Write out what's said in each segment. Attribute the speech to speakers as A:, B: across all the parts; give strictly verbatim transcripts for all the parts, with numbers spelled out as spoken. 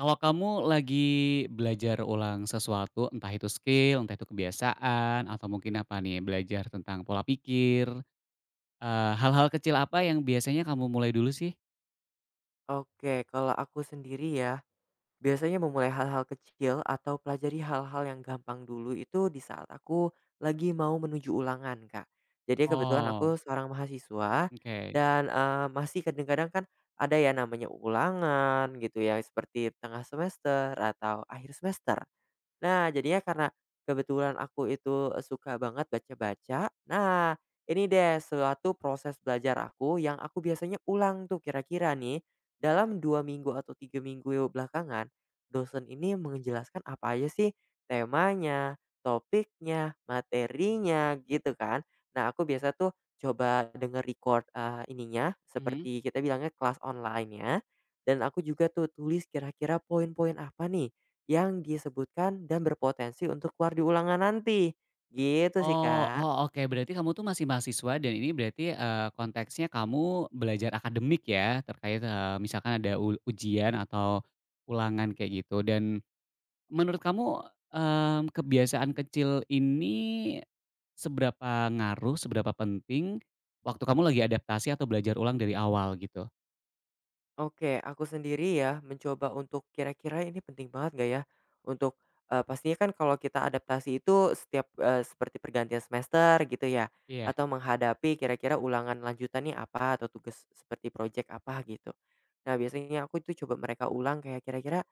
A: Kalau kamu lagi belajar ulang sesuatu, entah itu skill, entah itu kebiasaan, atau mungkin apa nih, belajar tentang pola pikir, eee, hal-hal kecil apa yang biasanya kamu mulai dulu sih?
B: Oke, kalau aku sendiri ya, biasanya memulai hal-hal kecil atau pelajari hal-hal yang gampang dulu itu di saat aku lagi mau menuju ulangan, Kak. Jadi kebetulan
A: Oh,
B: aku seorang mahasiswa
A: oke.
B: dan eh, masih kadang-kadang kan ada ya namanya ulangan gitu ya, seperti tengah semester atau akhir semester. Nah, jadinya karena kebetulan aku itu, eee, suka banget baca-baca. Nah ini deh suatu proses belajar aku yang aku biasanya ulang tuh kira-kira nih, dalam dua minggu atau tiga minggu belakangan, dosen ini menjelaskan apa aja sih temanya, topiknya, materinya, gitu kan. Nah, aku biasa tuh coba denger record, eee, ininya,
A: Mhm.
B: seperti kita bilangnya kelas online-nya, dan aku juga tuh tulis kira-kira poin-poin apa nih yang disebutkan dan berpotensi untuk keluar di ulangan nanti. Gitu sih,
A: Oh
B: Kak.
A: oh, oke, berarti kamu tuh masih mahasiswa dan ini berarti, eee, konteksnya kamu belajar akademik ya, terkait, eee, misalkan ada u ujian atau ulangan kayak gitu dan menurut kamu, mmm, kebiasaan kecil ini seberapa ngaruh, seberapa penting waktu kamu lagi adaptasi atau belajar ulang dari awal gitu?
B: Oke, aku sendiri ya mencoba untuk kira-kira ini penting banget gak ya? Untuk, eee, pastinya kan kalau kita adaptasi itu setiap, eee, seperti pergantian semester gitu ya,
A: Iya.
B: atau menghadapi kira-kira ulangan lanjutannya apa atau tugas seperti projek apa gitu. Nah, biasanya aku itu coba mereka ulang kayak kira-kira,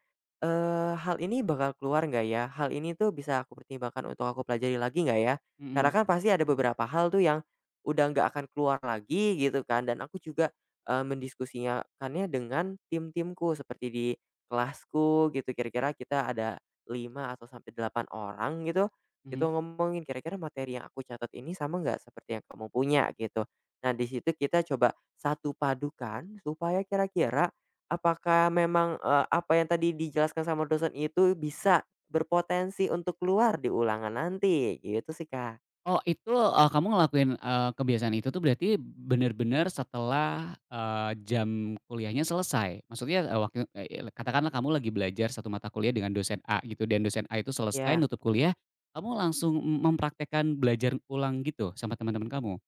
B: eee, hal ini bakal keluar nggak ya? Hal ini tuh bisa aku pertimbangkan untuk aku pelajari lagi nggak ya? Karena
A: Mhm,
B: kan pasti ada beberapa hal tuh yang udah nggak akan keluar lagi gitu kan, dan aku juga Eee, mendiskusiakannya dengan tim-timku seperti di kelasku gitu. Kira-kira kita ada lima atau sampai delapan orang gitu, itu
A: mhm.
B: ngomongin kira-kira materi yang aku catat ini sama nggak seperti yang kamu punya gitu. Nah di situ kita coba satu padukan supaya kira-kira apakah memang, eee, apa yang tadi dijelaskan sama dosen itu bisa berpotensi untuk keluar di ulangan nanti, gitu sih Kak,
A: Oh itu, eee, kamu ngelakuin, eee, kebiasaan itu tuh berarti benar-benar setelah, eee, jam kuliahnya selesai? Maksudnya, eee, waktu eee, katakanlah kamu lagi belajar satu mata kuliah dengan dosen A gitu dan dosen A itu selesai
B: iya.
A: nutup kuliah, kamu langsung mempraktekkan belajar ulang gitu sama teman-teman kamu?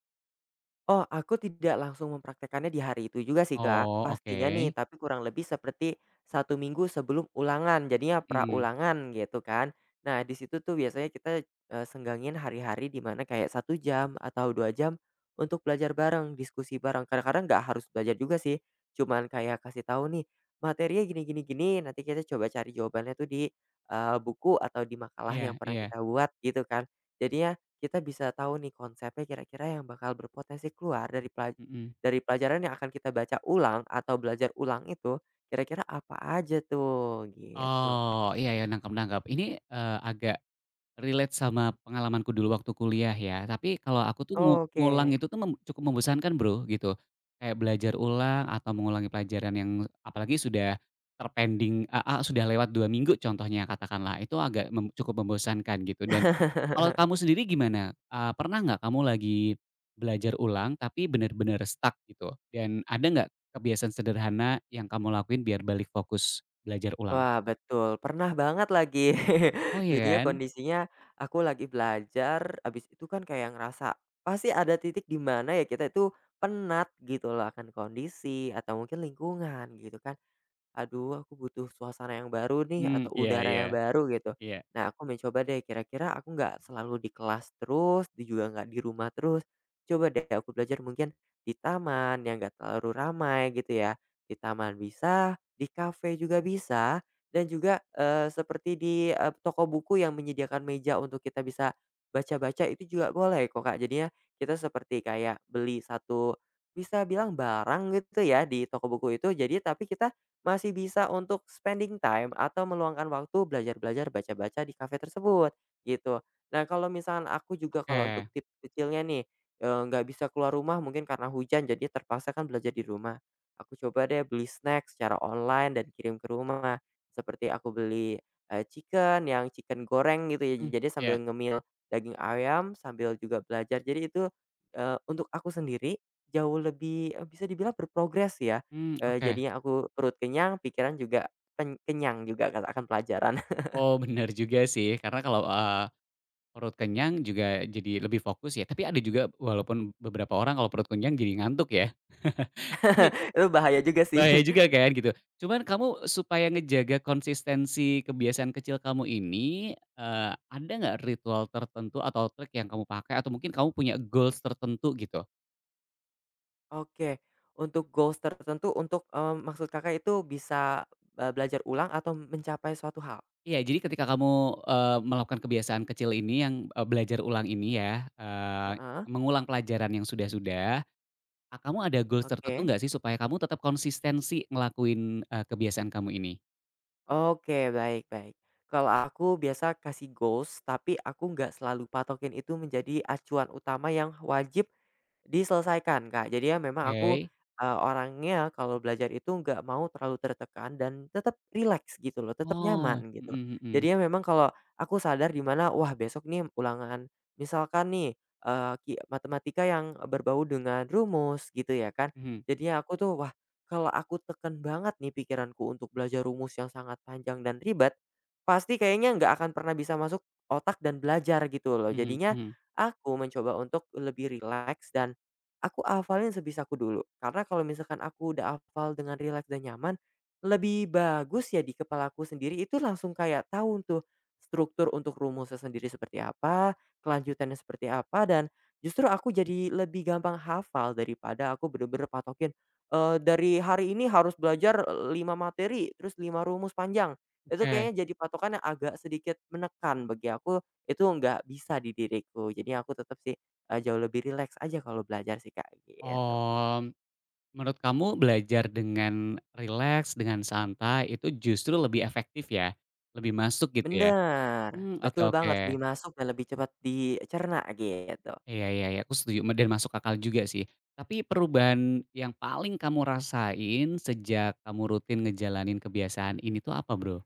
B: Oh, aku tidak langsung mempraktekkannya di hari itu juga sih, Kak,
A: Oh, oke.
B: pastinya nih, tapi kurang lebih seperti satu minggu sebelum ulangan, jadinya
A: Mmm,
B: pra-ulangan gitu kan. Nah, di situ tuh biasanya kita, eee, senggangin hari-hari di mana kayak satu jam atau dua jam untuk belajar bareng, diskusi bareng. Kadang-kadang nggak harus belajar juga sih, cuman kayak kasih tahu nih, materinya gini gini gini, nanti kita coba cari jawabannya tuh di, eee, buku atau di makalah
A: iya
B: yang pernah
A: iya,
B: kita buat gitu kan. Jadinya kita bisa tahu nih konsepnya kira-kira yang bakal berpotensi keluar dari pelaj
A: mhm.
B: dari pelajaran yang akan kita baca ulang atau belajar ulang itu, kira-kira apa aja tuh, gitu.
A: Oh, iya iya, nangkep nangkep. Ini, eee, agak relate sama pengalamanku dulu waktu kuliah ya, tapi kalau aku tuh ngu
B: Oke.
A: ngulang itu tuh mem cukup membosankan Bro, gitu. Kayak belajar ulang atau mengulangi pelajaran yang apalagi sudah terpending heeh, sudah lewat dua minggu contohnya katakanlah, itu agak mem cukup membosankan gitu dan kalau kamu sendiri gimana? Eee, pernah nggak kamu lagi belajar ulang tapi benar-benar stuck gitu? Dan ada nggak kebiasaan sederhana yang kamu lakuin biar balik fokus belajar ulang?
B: Wah, betul, pernah banget lagi.
A: Oh iya
B: Jadinya
A: kan?
B: kondisinya aku lagi belajar, abis itu kan kayak ngerasa pasti ada titik di mana ya kita itu penat gitu loh akan kondisi atau mungkin lingkungan gitu kan. Aduh, aku butuh suasana yang baru nih
A: Mmm,
B: atau
A: iya
B: udara
A: iya,
B: yang baru gitu.
A: iya.
B: Nah aku mencoba deh kira-kira aku nggak selalu di kelas terus, di juga nggak di rumah terus. Coba deh aku belajar mungkin di taman yang nggak terlalu ramai gitu ya. Di taman bisa, di kafe juga bisa, dan juga, eee, seperti di, eee, toko buku yang menyediakan meja untuk kita bisa baca-baca, itu juga boleh kok, Kak. Jadinya kita seperti kayak beli satu bisa bilang barang gitu ya di toko buku itu, jadi tapi kita masih bisa untuk spending time atau meluangkan waktu belajar-belajar, baca-baca di kafe tersebut, gitu. Nah, kalau misalkan aku juga kalau untuk
A: Oke.
B: tips kecilnya nih, eee, nggak bisa keluar rumah mungkin karena hujan jadi terpaksa kan belajar di rumah. Aku coba deh beli snack secara online dan kirim ke rumah. Seperti aku beli, eee, chicken yang chicken goreng gitu ya,
A: Mmm,
B: jadi
A: iya,
B: sambil ngemil daging ayam sambil juga belajar. Jadi itu, eee, untuk aku sendiri jauh lebih, eee, bisa dibilang berprogres ya.
A: mmm,
B: Eee,
A: oke.
B: jadinya aku perut kenyang, pikiran juga pen kenyang juga katakan pelajaran.
A: Oh, bener juga sih karena kalau, eee, perut kenyang juga jadi lebih fokus ya, tapi ada juga walaupun beberapa orang kalau perut kenyang jadi ngantuk ya, tapi
B: Itu bahaya juga sih.
A: bahaya juga kan gitu. Cuman kamu supaya ngejaga konsistensi kebiasaan kecil kamu ini, eee, ada nggak ritual tertentu atau trik yang kamu pakai atau mungkin kamu punya goals tertentu gitu?
B: Oke, untuk goals tertentu untuk, eee, maksud Kakak itu bisa, eee, belajar ulang atau mencapai suatu hal?
A: Iya, jadi ketika kamu, eee, melakukan kebiasaan kecil ini yang, eee, belajar ulang ini ya, eee,
B: Heeh,
A: mengulang pelajaran yang sudah-sudah. Ah, kamu ada goals tertentu
B: oke.
A: nggak sih supaya kamu tetap konsistensi ngelakuin, eee, kebiasaan kamu ini?
B: Oke, baik baik. Kalau aku biasa kasih goals, tapi aku nggak selalu patokin itu menjadi acuan utama yang wajib diselesaikan, Kak. Jadi ya memang aku,
A: Oke.
B: eee, orangnya kalau belajar itu nggak mau terlalu tertekan dan tetap rileks gitu loh, tetap
A: Oh,
B: nyaman gitu.
A: mhm mhm.
B: Jadi ya memang kalau aku sadar di mana, wah besok nih ulangan misalkan nih, eee, ki matematika yang berbau dengan rumus gitu ya kan.
A: Mhm
B: Jadinya aku tuh, wah, kalau aku tekan banget nih pikiranku untuk belajar rumus yang sangat panjang dan ribet, pasti kayaknya nggak akan pernah bisa masuk otak dan belajar gitu loh.
A: mhm
B: Jadinya
A: mhm.
B: aku mencoba untuk lebih rileks dan aku hafalin sebisaku dulu, karena kalau misalkan aku udah hafal dengan rileks dan nyaman, lebih bagus ya di kepalaku sendiri itu langsung kayak tahu tuh struktur untuk rumusnya sendiri seperti apa, kelanjutannya seperti apa, dan justru aku jadi lebih gampang hafal daripada aku bener-bener patokin, eee, dari hari ini harus belajar lima materi, terus lima rumus panjang. Itu
A: Oke.
B: kayaknya jadi patokan yang agak sedikit menekan bagi aku, itu nggak bisa di diriku. Jadi aku tetap sih Eee, jauh lebih rileks aja kalau belajar sih, Kak, gitu.
A: Oh. Menurut kamu belajar dengan rileks, dengan santai itu justru lebih efektif ya? Lebih masuk gitu ya?
B: Bener,
A: Mmm, oke
B: betul
A: oke.
B: banget, lebih masuk dan lebih cepat dicerna gitu.
A: Iya iya iya, aku setuju me dan masuk akal juga sih. Tapi perubahan yang paling kamu rasain sejak kamu rutin ngejalanin kebiasaan ini tuh apa, Bro?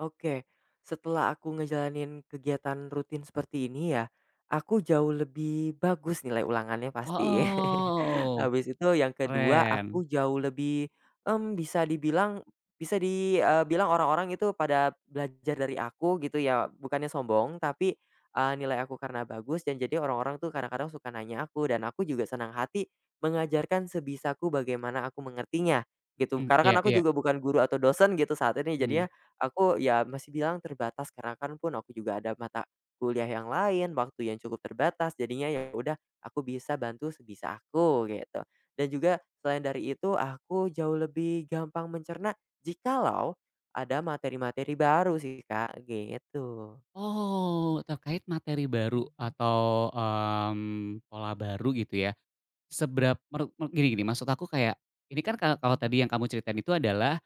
B: Oke, setelah aku ngejalanin kegiatan rutin seperti ini ya, aku jauh lebih bagus nilai ulangannya pasti.
A: Oh.
B: Habis itu yang kedua, aku
A: Keren,
B: jauh lebih, mmm, bisa dibilang bisa dibilang orang-orang itu pada belajar dari aku gitu ya, bukannya sombong, tapi, eee, nilai aku karena bagus dan jadi orang-orang tuh kadang-kadang suka nanya aku, dan aku juga senang hati mengajarkan sebisaku bagaimana aku mengertinya, gitu.
A: mhm,
B: Karena
A: iya
B: kan aku
A: iya,
B: juga bukan guru atau dosen gitu saat ini,
A: mhm.
B: jadinya aku ya masih bilang terbatas karena kan pun aku juga ada mata kuliah yang lain, waktu yang cukup terbatas, jadinya ya udah aku bisa bantu sebisa aku gitu. Dan juga selain dari itu aku jauh lebih gampang mencerna jikalau ada materi-materi baru sih Kak, gitu.
A: Oh, terkait materi baru atau, mmm, pola baru gitu ya, seberap meru me gini gini, maksud aku kayak, ini kan ka kalau tadi yang kamu ceritain itu adalah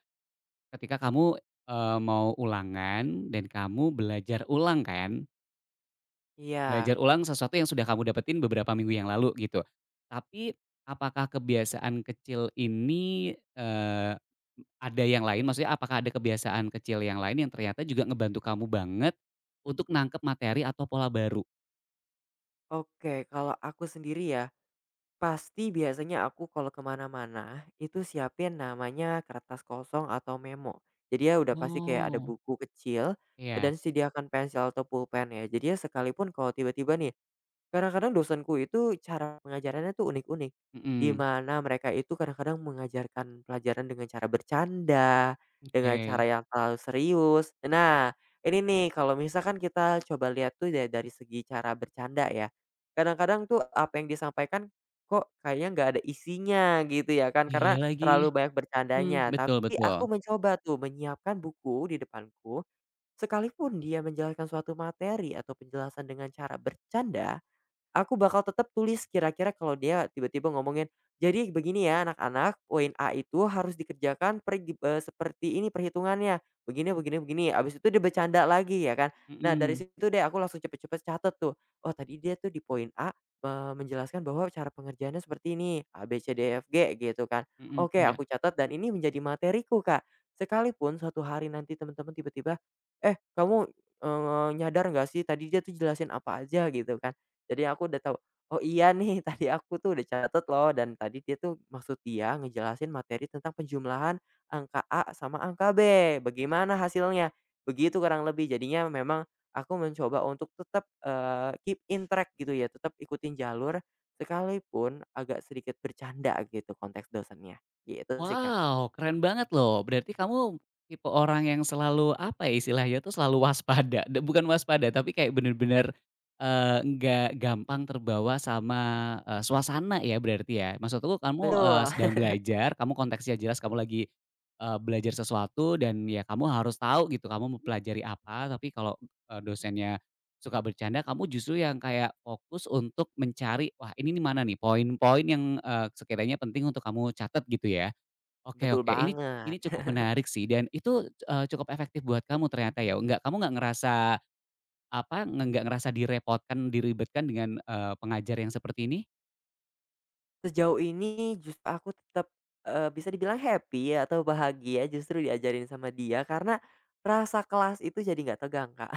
A: ketika kamu, eee, mau ulangan dan kamu belajar ulang kan?
B: Iya.
A: Belajar ulang sesuatu yang sudah kamu dapetin beberapa minggu yang lalu gitu. Tapi apakah kebiasaan kecil ini, eee, ada yang lain? Maksudnya apakah ada kebiasaan kecil yang lain yang ternyata juga ngebantu kamu banget untuk nangkep materi atau pola baru?
B: Oke, kalau aku sendiri ya, pasti biasanya aku kalau kemana-mana, itu siapin namanya kertas kosong atau memo. Jadi ya udah pasti kayak ada
A: Oh,
B: buku kecil, eee,
A: iya,
B: dan sediakan pensil atau pulpen ya. Jadi ya sekalipun kalau tiba-tiba nih, kadang-kadang dosenku itu cara pengajarannya tuh unik-unik, di
A: mhm,
B: mana mereka itu kadang-kadang mengajarkan pelajaran dengan cara bercanda, dengan cara
A: oke.
B: yang terlalu serius. Nah, ini nih kalau misalkan kita coba lihat tuh da dari segi cara bercanda ya, kadang-kadang tuh apa yang disampaikan kok kayaknya nggak ada isinya gitu ya kan,
A: Iya
B: karena
A: lagi,
B: terlalu banyak
A: mhm,
B: bercandanya.
A: betul
B: Tapi
A: betul,
B: aku mencoba tuh menyiapkan buku di depanku, sekalipun dia menjelaskan suatu materi atau penjelasan dengan cara bercanda. Aku bakal tetap tulis kira-kira kalau dia tiba-tiba ngomongin, "Jadi begini ya anak-anak, poin A itu harus dikerjakan pergi eee, seperti ini perhitungannya, begini begini begini." Abis itu dia bercanda lagi ya kan. Nah dari
A: mhm
B: situ deh aku langsung cepet-cepet catet tuh, "Oh tadi dia tuh di poin A, eee, menjelaskan bahwa cara pengerjaannya seperti ini, A, B, C, D, E, F, G," gitu kan.
A: mhm,
B: Oke
A: iya.
B: aku catat dan ini menjadi materiku, Kak. Sekalipun suatu hari nanti teman-teman tiba-tiba, "Eh kamu, eee, nyadar nggak sih tadi dia tuh jelasin apa aja?" Gitu kan. Jadi aku udah tahu, "Oh iya nih tadi aku tuh udah catat loh, dan tadi dia tuh maksud dia ngejelasin materi tentang penjumlahan angka A sama angka B, bagaimana hasilnya?" Begitu kurang lebih. Jadinya memang aku mencoba untuk tetap, eee, keep in track gitu ya, tetap ikutin jalur sekalipun agak sedikit bercanda gitu konteks dosennya, gitu sih, Kak.
A: Wow, keren banget loh. Berarti kamu tipe orang yang selalu, apa ya istilahnya tuh, selalu waspada. Da bukan waspada, tapi kayak bener-bener, eee, nggak gampang terbawa sama, eee, suasana ya berarti ya? Maksudku kamu, eee,
B: Betul,
A: sedang belajar, kamu konteksnya jelas kamu lagi, eee, belajar sesuatu dan ya kamu harus tahu gitu kamu mempelajari apa, tapi kalau, eee, dosennya suka bercanda, kamu justru yang kayak fokus untuk mencari, "Wah ini nih mana nih poin-poin yang, eee, sekiranya penting untuk kamu catat," gitu ya? Oke
B: betul
A: oke, ini
B: banget.
A: ini cukup menarik sih dan itu, eee, cukup efektif buat kamu ternyata ya? Enggak kamu nggak ngerasa apa, nggak ngerasa direpotkan, diribetkan dengan, eee, pengajar yang seperti ini?
B: Sejauh ini justru aku tetap, eee, bisa dibilang happy atau bahagia justru diajarin sama dia karena rasa kelas itu jadi nggak tegang, Kak.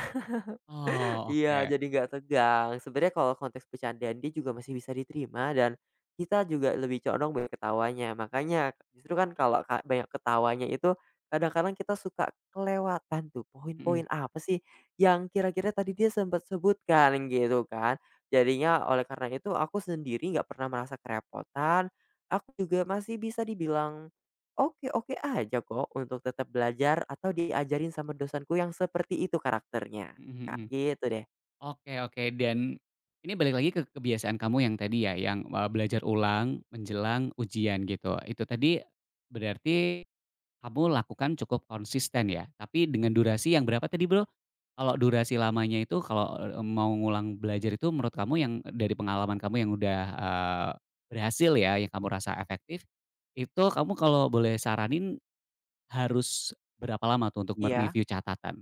A: Oh
B: Iya,
A: oke,
B: jadi nggak tegang. Sebenarnya kalau konteks bercandaan dia juga masih bisa diterima, dan kita juga lebih condong banyak ketawanya. Makanya justru kan kalau ka banyak ketawanya itu kadang-kadang kita suka kelewatan tuh
A: mhm
B: poin-poin apa sih yang kira-kira tadi dia sempat sebutkan gitu kan. Jadinya oleh karena itu aku sendiri nggak pernah merasa kerepotan, aku juga masih bisa dibilang oke-oke aja kok untuk tetap belajar atau diajarin sama dosenku yang seperti itu karakternya.
A: mhm mhm.
B: Kak, gitu deh.
A: Oke oke dan ini balik lagi ke kebiasaan kamu yang tadi ya, yang, eee, belajar ulang menjelang ujian gitu. Itu tadi berarti kamu lakukan cukup konsisten ya? Tapi dengan durasi yang berapa tadi, Bro? Kalau durasi lamanya itu kalau, eee, mau ngulang belajar itu menurut kamu yang dari pengalaman kamu yang udah, eee, berhasil ya, yang kamu rasa efektif, itu kamu kalau boleh saranin harus berapa lama tuh untuk
B: Iya.
A: me-review catatan?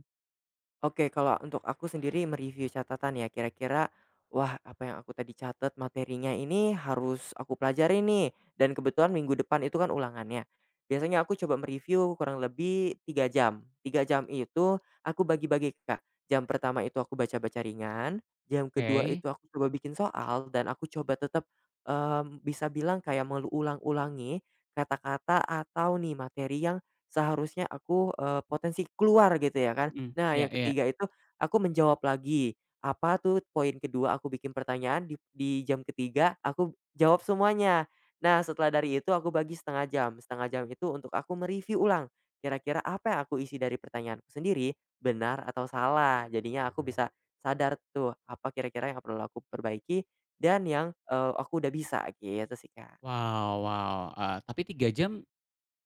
B: Oke, kalau untuk aku sendiri mereview catatan ya, kira-kira, wah apa yang aku tadi catat materinya ini harus aku pelajari nih, dan kebetulan minggu depan itu kan ulangannya. Biasanya aku coba mereview kurang lebih tiga jam. Tiga jam itu aku bagi-bagi, Kak. Jam pertama itu aku baca-baca ringan, jam kedua
A: Oke.
B: itu aku coba bikin soal, dan aku coba tetap, mmm, bisa bilang kayak mengulang-ulangi kata-kata atau nih materi yang seharusnya aku, eee, potensi keluar gitu ya kan.
A: Mhm,
B: Nah,
A: iya
B: yang
A: iya.
B: ketiga itu aku menjawab lagi, apa tuh poin kedua aku bikin pertanyaan, di di jam ketiga aku jawab semuanya. Nah, setelah dari itu aku bagi setengah jam, setengah jam itu untuk aku mereview ulang, kira-kira apa yang aku isi dari pertanyaanku sendiri benar atau salah. Jadinya aku bisa sadar tuh apa kira-kira yang perlu aku perbaiki dan yang, eee, aku udah bisa gitu sih, Kak.
A: Wow wow, eee, tapi tiga jam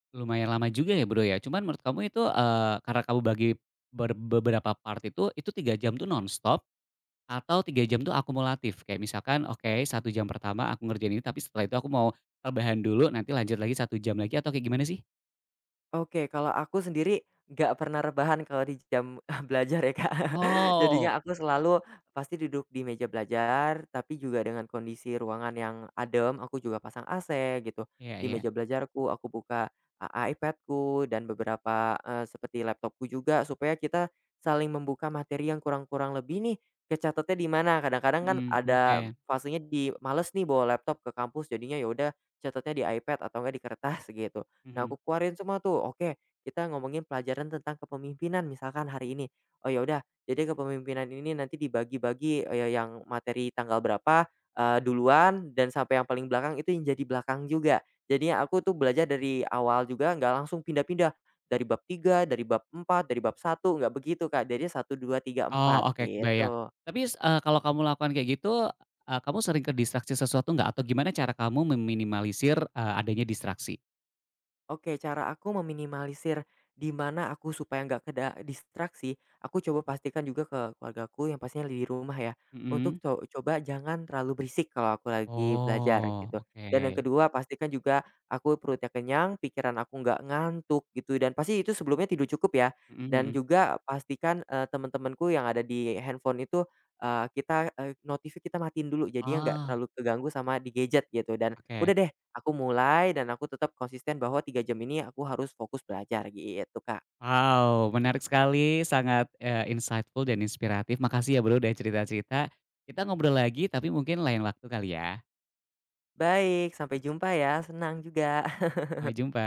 A: lumayan lama juga ya, Bro, ya. Cuman menurut kamu itu, eee, karena kamu bagi ber beberapa part itu, itu tiga jam tuh nonstop? Atau tiga jam tuh akumulatif, kayak misalkan, oke satu jam pertama aku ngerjain ini, tapi setelah itu aku mau rebahan dulu, nanti lanjut lagi satu jam lagi atau kayak gimana sih?
B: Oke, kalau aku sendiri nggak pernah rebahan kalau di jam belajar ya, Kak.
A: Oh,
B: Jadinya aku selalu pasti duduk di meja belajar, tapi juga dengan kondisi ruangan yang adem, aku juga pasang A C gitu.
A: iya
B: Di
A: iya,
B: meja belajarku aku buka, eee, ipad dan beberapa, eee, seperti laptopku juga supaya kita saling membuka materi yang kurang-kurang lebih nih, kecatatnya di mana. Kadang-kadang kan
A: mhm, oke,
B: ada fasenya di males nih bawa laptop ke kampus, jadinya ya udah catatnya di iPad atau enggak di kertas gitu. Nah,
A: mhm.
B: aku keluarin semua tuh, oke, kita ngomongin pelajaran tentang kepemimpinan misalkan hari ini. Oh, ya udah, jadi kepemimpinan ini nanti dibagi-bagi, eee, yang materi tanggal berapa, eee, duluan dan sampai yang paling belakang itu yang jadi belakang juga. Jadi aku tuh belajar dari awal juga, nggak langsung pindah-pindah dari bab tiga, dari bab empat, dari bab satu, nggak begitu, Kak. Jadi satu dua tiga empat
A: Oh, oke kebayang.
B: gitu.
A: Tapi s eee, kalau kamu lakukan kayak gitu, eee, kamu sering ke distraksi sesuatu nggak? Atau gimana cara kamu meminimalisir, eee, adanya distraksi?
B: Oke, cara aku meminimalisir di mana aku supaya nggak keda distraksi, aku coba pastikan juga ke keluargaku yang pastinya di rumah ya, untuk
A: Mhm.
B: co coba jangan terlalu berisik kalau aku lagi belajar
A: Oh,
B: gitu. Dan yang
A: oke.
B: kedua pastikan juga aku perutnya kenyang, pikiran aku nggak ngantuk gitu, dan pasti itu sebelumnya tidur cukup ya.
A: Mhm
B: Dan
A: mhm.
B: juga pastikan, eee, teman-temanku yang ada di handphone itu, eee, kita, eee, notifnya kita matiin dulu jadinya nggak
A: Oh,
B: terlalu keganggu sama di gadget gitu, dan
A: oke.
B: udah deh aku mulai dan aku tetap konsisten bahwa tiga jam ini aku harus fokus belajar gitu, Kak.
A: Wow, menarik sekali, sangat, eee, insightful dan inspiratif. Makasih ya Bro udah cerita-cerita. Kita ngobrol lagi tapi mungkin lain waktu kali ya.
B: Baik, sampai jumpa ya, senang juga.
A: Sampai jumpa.